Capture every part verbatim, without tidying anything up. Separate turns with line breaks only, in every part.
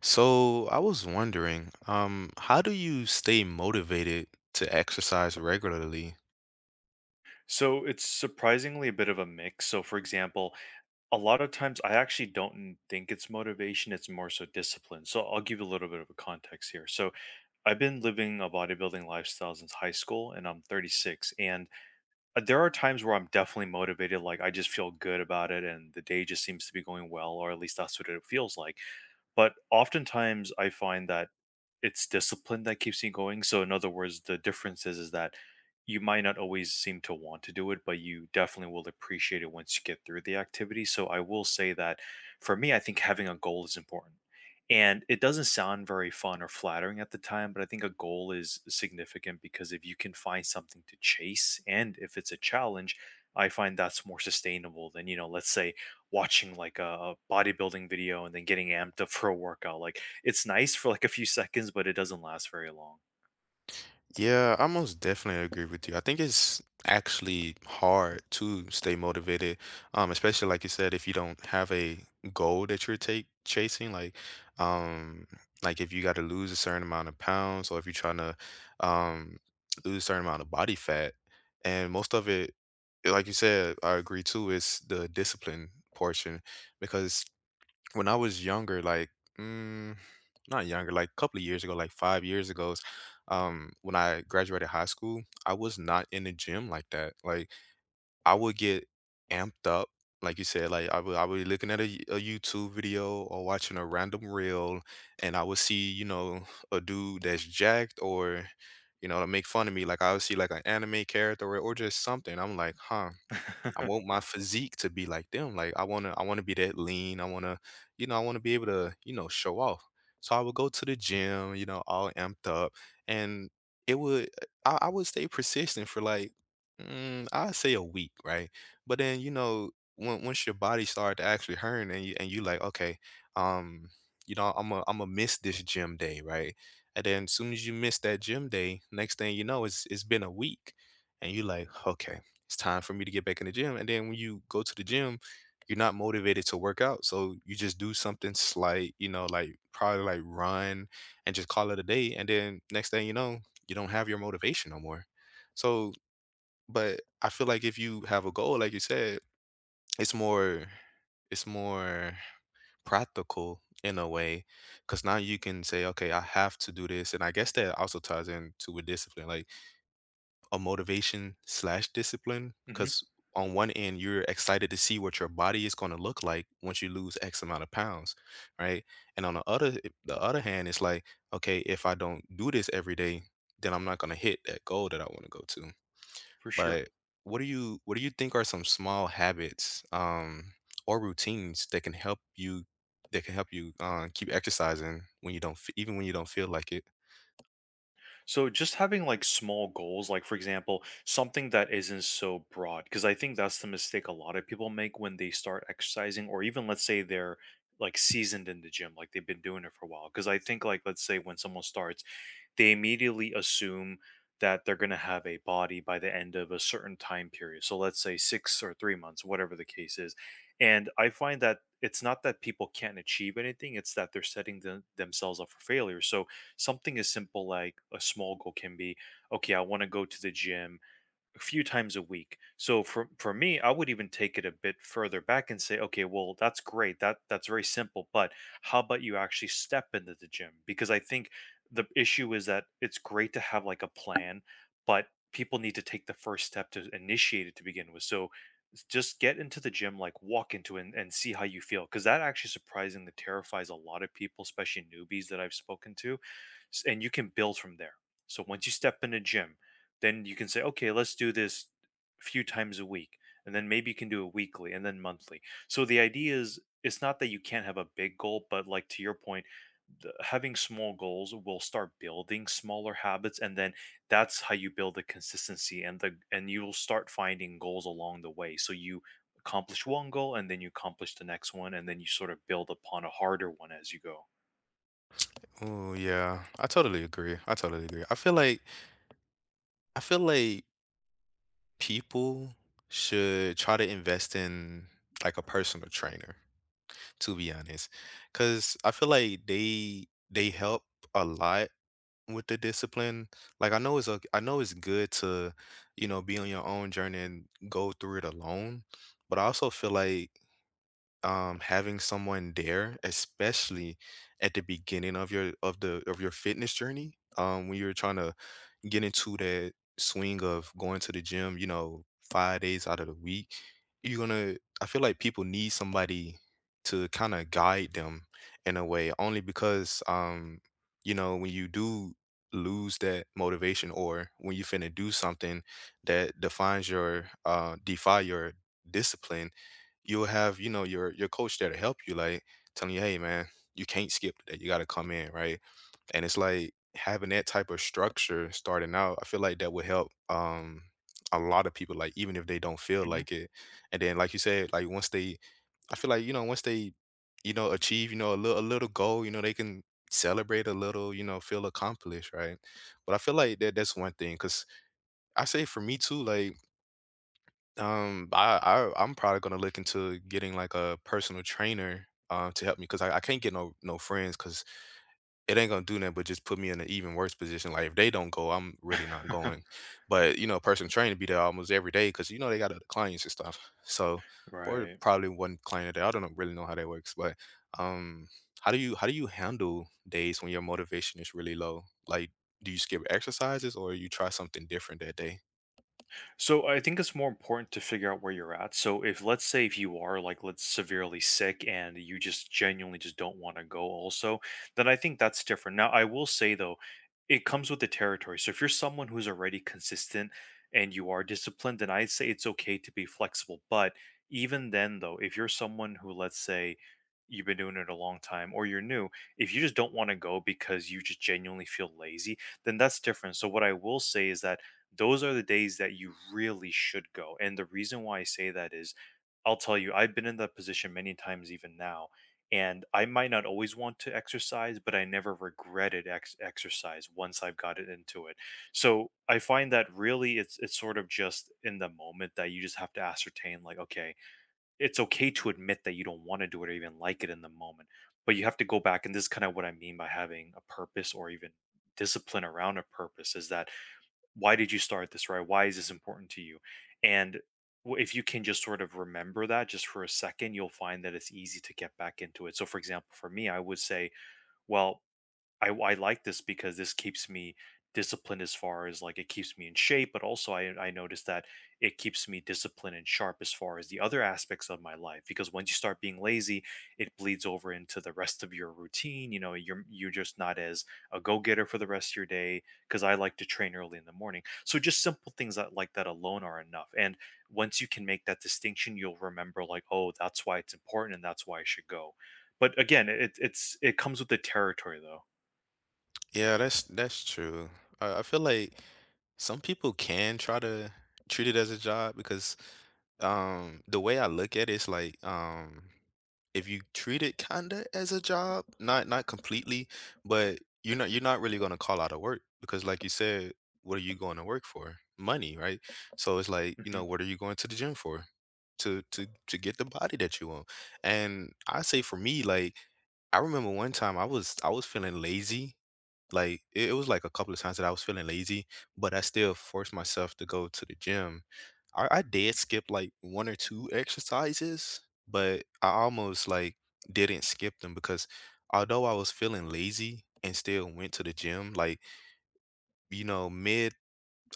So I was wondering, um, how do you stay motivated to exercise regularly?
So it's surprisingly a bit of a mix. So, for example, a lot of times I actually don't n- think it's motivation, it's more so discipline. So, I'll give you a little bit of a context here. So, I've been living a bodybuilding lifestyle since high school and I'm thirty-six. And uh, there are times where I'm definitely motivated, like I just feel good about it and the day just seems to be going well, or at least that's what it feels like. But oftentimes I find that it's discipline that keeps you going. So in other words, the difference is is that you might not always seem to want to do it, but you definitely will appreciate it once you get through the activity. So I will say that for me, I think having a goal is important. And it doesn't sound very fun or flattering at the time, but I think a goal is significant because if you can find something to chase and if it's a challenge, I find that's more sustainable than, you know, let's say watching like a a bodybuilding video and then getting amped up for a workout. Like it's nice for, like, a few seconds, but it doesn't last very long.
Yeah, I most definitely agree with you. I think it's actually hard to stay motivated, um, especially like you said, if you don't have a goal that you're take chasing, like, um, like if you got to lose a certain amount of pounds, or if you're trying to, um, lose a certain amount of body fat. And most of it, like you said, I agree too, is the discipline portion because when I was younger, like mm, not younger, like a couple of years ago, like five years ago, um, when I graduated high school, I was not in the gym like that. Like I would get amped up, like you said, like I would I would be looking at a, y- a YouTube video or watching a random reel, and I would see, you know, a dude that's jacked or, you know, to make fun of me. Like I would see like an anime character or, or just something. I'm like, huh. I want my physique to be like them. Like I wanna I wanna be that lean. I wanna, you know, I wanna be able to, you know, show off. So I would go to the gym, you know, all amped up. And it would I, I would stay persistent for like mm, I'd say a week, right? But then, you know, when, once your body started to actually hurt and you and you like, okay, um, you know, I'm a I'm a miss this gym day, right? And then as soon as you miss that gym day, next thing you know, it's it's been a week. And you like, okay, it's time for me to get back in the gym. And then when you go to the gym, you're not motivated to work out. So you just do something slight, you know, like probably like run and just call it a day. And then next thing you know, you don't have your motivation no more. So, but I feel like if you have a goal, like you said, it's more, it's more practical in a way, because now you can say, okay, I have to do this. And I guess that also ties into with discipline, like a motivation slash discipline,
Mhm.
because on one end you're excited to see what your body is going to look like once you lose x amount of pounds, right? And on the other eh, the other hand, it's like, okay, if I don't do this every day, then I'm not going to hit that goal that I want to go to.
For sure.
But what do you what do you think are some small habits, um or routines that can help you that can help you uh, keep exercising when you don't f- even when you don't feel like it?
So just having like small goals, like for example, something that isn't so broad, because I think that's the mistake a lot of people make when they start exercising, or even let's say they're like seasoned in the gym, like they've been doing it for a while. Because I think like let's say when someone starts, they immediately assume that they're going to have a body by the end of a certain time period. So let's say six or three months, whatever the case is. And I find that it's not that people can't achieve anything, it's that they're setting them themselves up for failure. So something as simple like a small goal can be okay, I want to go to the gym a few times a week. So for for me, I would even take it a bit further back and say, okay, well, that's great. That that's very simple, but how about you actually step into the gym? Because I think the issue is that it's great to have like a plan, but people need to take the first step to initiate it to begin with. So s- just get into the gym, like walk into it, and, and see how you feel. Because that actually surprisingly terrifies a lot of people, especially newbies that I've spoken to. s- And you can build from there. So once you step in a gym, then you can say, okay, let's do this a few times a week. And then maybe you can do it weekly and then monthly. So the idea is it's not that you can't have a big goal, but like to your point, the, having small goals will start building smaller habits. And then that's how you build the consistency, and the, and you will start finding goals along the way. So you accomplish one goal and then you accomplish the next one. And then you sort of build upon a harder one as you go.
oh yeah i totally agree I totally agree. I feel like I feel like people should try to invest in like a personal trainer, to be honest, because I feel like they they help a lot with the discipline. Like I know it's a, I know it's good to, you know, be on your own journey and go through it alone, but I also feel like, um, having someone there, especially at the beginning of your of the of your fitness journey, um, when you're trying to get into that swing of going to the gym, you know, five days out of the week, you're gonna. I feel like people need somebody to kind of guide them in a way, only because, um, you know, when you do lose that motivation or when you finna do something that defines your uh defy your discipline, you'll have, you know, your your coach there to help you, like telling you, hey man, you can't skip today, you got to come in, right? And it's like having that type of structure starting out, I feel like that would help, um a lot of people, like even if they don't feel
Mhm.
like it. And then like you said, like once they i feel like you know once they, you know, achieve, you know, a little a little goal, you know, they can celebrate a little, you know, feel accomplished, right? But I feel like that that's one thing. Because I say for me too, like, um, I, I I'm probably gonna look into getting like a personal trainer, um to help me, because I, I can't get no no friends, because it ain't gonna do nothing but just put me in an even worse position. Like if they don't go, I'm really not going. But you know, personal trainer be there almost every day because you know they got other clients and stuff. So, or
Right.
probably one client a day. I don't know- really know how that works. But um, how do you how do you handle days when your motivation is really low? Like, do you skip exercises or you try something different that day?
So I think it's more important to figure out where you're at. So if let's say if you are like, let's, severely sick and you just genuinely just don't want to go also, then I think that's different. Now I will say though, it comes with the territory. So if you're someone who's already consistent and you are disciplined, then I'd say it's okay to be flexible. But even then though, if you're someone who, let's say, you've been doing it a long time or you're new, if you just don't want to go because you just genuinely feel lazy, then that's different. So what I will say is that those are the days that you really should go. And the reason why I say that is I'll tell you, I've been in that position many times even now. And I might not always want to exercise, but I never regretted ex- exercise once I've got it into it. So I find that really it's it's sort of just in the moment that you just have to ascertain like, okay, it's okay to admit that you don't want to do it or even like it in the moment, but you have to go back. And this is kind of what I mean by having a purpose, or even discipline around a purpose, is that why did you start this, right? Why is this important to you? And w- if you can just sort of remember that just for a second, you'll find that it's easy to get back into it. So for example, for me, I would say, well, I I like this because this keeps me disciplined, as far as like it keeps me in shape, but also I I noticed that it keeps me disciplined and sharp as far as the other aspects of my life, because once you start being lazy, it bleeds over into the rest of your routine. You know, you're you're just not as a go-getter for the rest of your day because I like to train early in the morning. So just simple things that like that alone are enough. And once you can make that distinction, you'll remember like, oh, that's why it's important and that's why I should go. But again, it it's it comes with the territory though.
Yeah, that's that's true. I, I feel like some people can try to treat it as a job. Because um the way I look at it is like, um if you treat it kinda as a job, not not completely, but you're not you're not really gonna call out of work. Because like you said, what are you going to work for? Money, right? So it's like, you
Mhm.
know, what are you going to the gym for? To to to get the body that you want. And I say for me, like I remember one time I was I was feeling lazy, like it, it was like a couple of times that I was feeling lazy, but I still forced myself to go to the gym. I, I did skip like one or two exercises, but I almost like didn't skip them because although I was feeling lazy and still went to the gym, like, you know, mid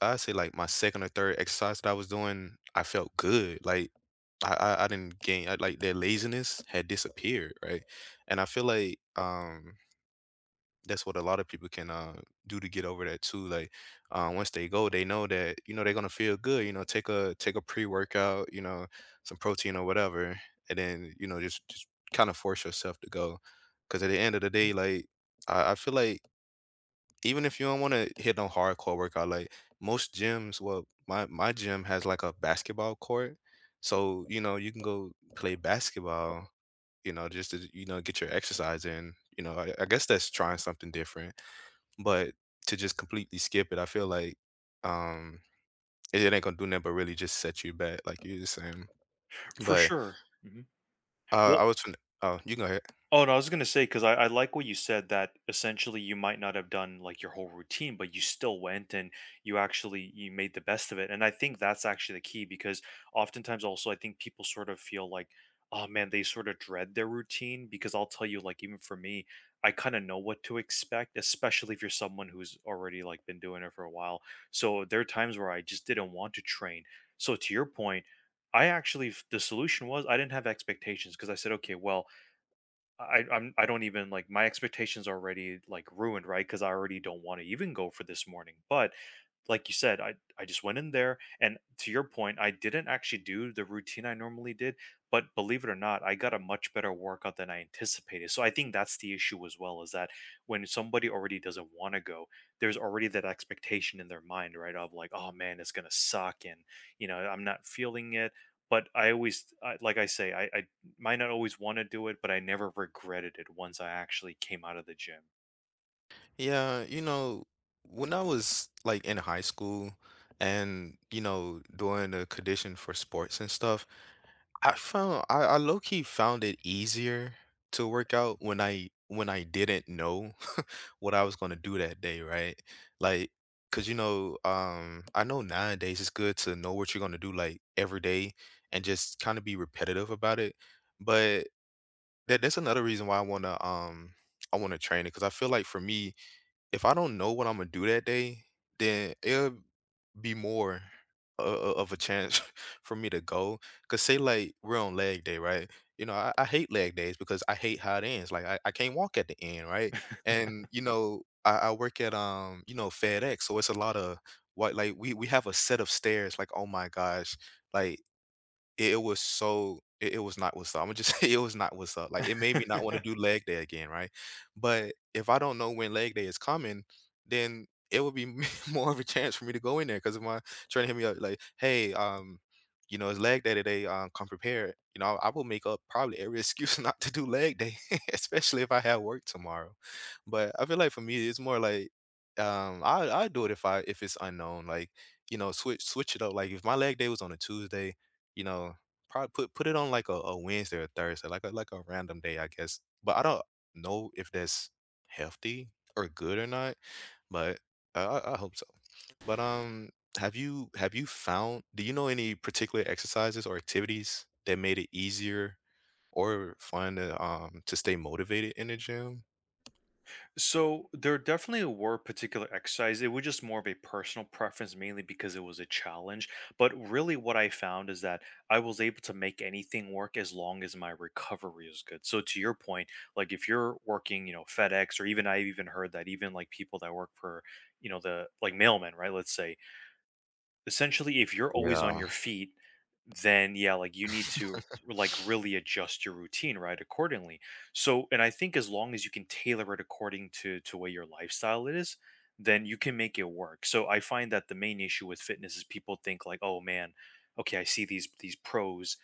I would say like my second or third exercise that I was doing, I felt good. Like I, I, I didn't gain I, like that laziness had disappeared, right? And I feel like um that's what a lot of people can uh, do to get over that too. Like, uh, once they go, they know that you know they're gonna feel good. You know, take a take a pre workout, you know, some protein or whatever, and then you know just just kind of force yourself to go. Because at the end of the
Mm.
day, like I, I feel like even if you don't want to hit no hardcore workout, like most gyms, well, my my gym has like a basketball court, so you know you can go play basketball. You know, just to, you know, get your exercise in. You know, I, I guess that's trying something different, but to just completely skip it, I feel like um it, it ain't gonna do nothing but really just set you back, like you just saying.
For
But
sure. Mhm.
uh
Well,
I was fin oh, you go ahead.
oh, no, I was gonna say, 'cause I I like what you said, that essentially you might not have done, like, your whole routine, but you still went, and you actually, you made the best of it, and I think that's actually the key. Because oftentimes also I think people sort of feel like, "Oh, man," they sort of dread their routine, because I'll tell you, like, even for me, I kinda know what to expect, especially if you're someone who's already, like, been doing it for a while, so there are times where I just didn't want to train. So to your point, I actually f the solution was I didn't have expectations, because I said, "Okay, well, I I'm I don't even like, my expectations are already like ruined, right? Because I already don't want to even go for this morning. But like you said, I I just went in there, and to your point, I didn't actually do the routine I normally did. But believe it or not, I got a much better workout than I anticipated. So I think that's the issue as well, is that when somebody already doesn't want to go, there's already that expectation in their mind, right? Of like, oh man, it's gonna suck, and you know, I'm not feeling it. But I always, I, like I say, I, I might not always want to do it, but I never regretted it once I actually came out of the gym.
Yeah, you know, when I was like in high school and, you know, doing the condition for sports and stuff, I found I, I low key found it easier to work out when I when I didn't know what I was gonna do that day, right? Like, cause you know, um, I know nowadays it's good to know what you're gonna do like every day and just kind of be repetitive about it. But that that's another reason why I wanna um I wanna train it, because I feel like for me, if I don't know what I'm gonna do that day, then it'll be more o o of a chance for me to go. Cause say, like, we're on leg day, right? You know, I I hate leg days because I hate how it ends, like, I I can't walk at the end, right? And, you know, I I work at, um, you know, FedEx, so it's a lot of what like, we we have a set of stairs, like, oh my gosh, like it it was so it it was not what's up. Imma just say it was not what's up. Like, it made me not wanna do leg day again, right? But if I don't know when leg day is coming, then it would be more of a chance for me to go in there, because if my trainer hit me up like, "Hey, um, you know, it's leg day today, um, come prepared." You know, I will make up probably every excuse not to do leg day, especially if I have work tomorrow. But I feel like for me, it's more like, um, I I do it if I if it's unknown, like, you know, switch switch it up. Like, if my leg day was on a Tuesday, you know, probably put put it on like a, a Wednesday or Thursday, like a like a random day, I guess. But I don't know if that's healthy or good or not. But I, I I hope so. But um, have you have you found? Do you know any particular exercises or activities that made it easier or fun to um to stay motivated in the gym?
So there definitely were particular exercises. It was just more of a personal preference, mainly because it was a challenge. But really, what I found is that I was able to make anything work as long as my recovery is good. So to your point, like if you're working, you know, FedEx, or even I've even heard that even like people that work for, you know, the like mailmen, right? Let's say, essentially, if you're always on
Yeah.
your feet, then yeah, like you need to like really adjust your routine, right, accordingly. So, and I think as long as you can tailor it according to to what your lifestyle is, then you can make it work. So I find that the main issue with fitness is people think like, oh man, okay, I see these these pros,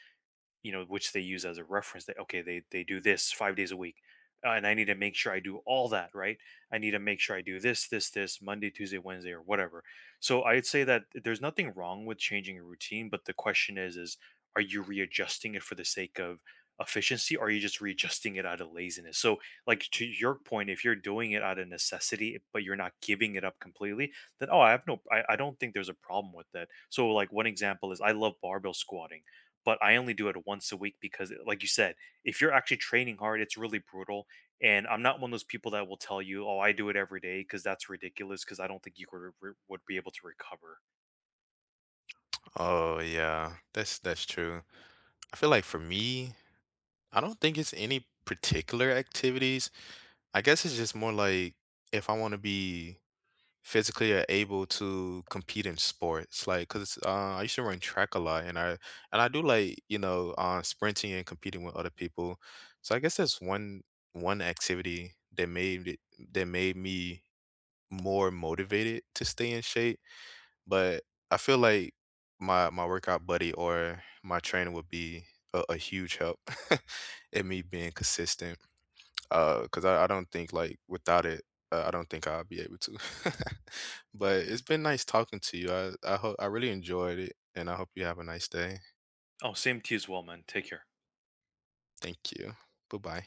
you know, which they use as a reference that okay, they they do this five days a week, uh, and I need to make sure I do all that right. I need to make sure I do this, this, this Monday, Tuesday, Wednesday, or whatever. So I'd say that there's nothing wrong with changing a routine, but the question is, is are you readjusting it for the sake of efficiency, or are you just readjusting it out of laziness? So, like to your point, if you're doing it out of necessity, but you're not giving it up completely, then oh, I have no, I, I don't think there's a problem with that. So, like one example is I love barbell squatting, but I only do it once a week because, like you said, if you're actually training hard, it's really brutal. And I'm not one of those people that will tell you, "Oh, I do it every day," because that's ridiculous. Because I don't think you could re- would be able to recover.
Oh yeah, that's that's true. I feel like for me, I don't think it's any particular activities. I guess it's just more like if I want to be physically a- able to compete in sports, like because uh, I used to run track a lot, and I and I do like you know uh, sprinting and competing with other people. So I guess that's one one activity that made it, that made me more motivated to stay in shape. But I feel like my my workout buddy or my trainer would be a, a huge help in me being consistent. Because I I don't think, like, without it, uh, I don't think I'll be able to. But it's been nice talking to you. I I ho I really enjoyed it, and I hope you have a nice day.
Oh, same to you as well, man. Take care.
Thank you. Bye bye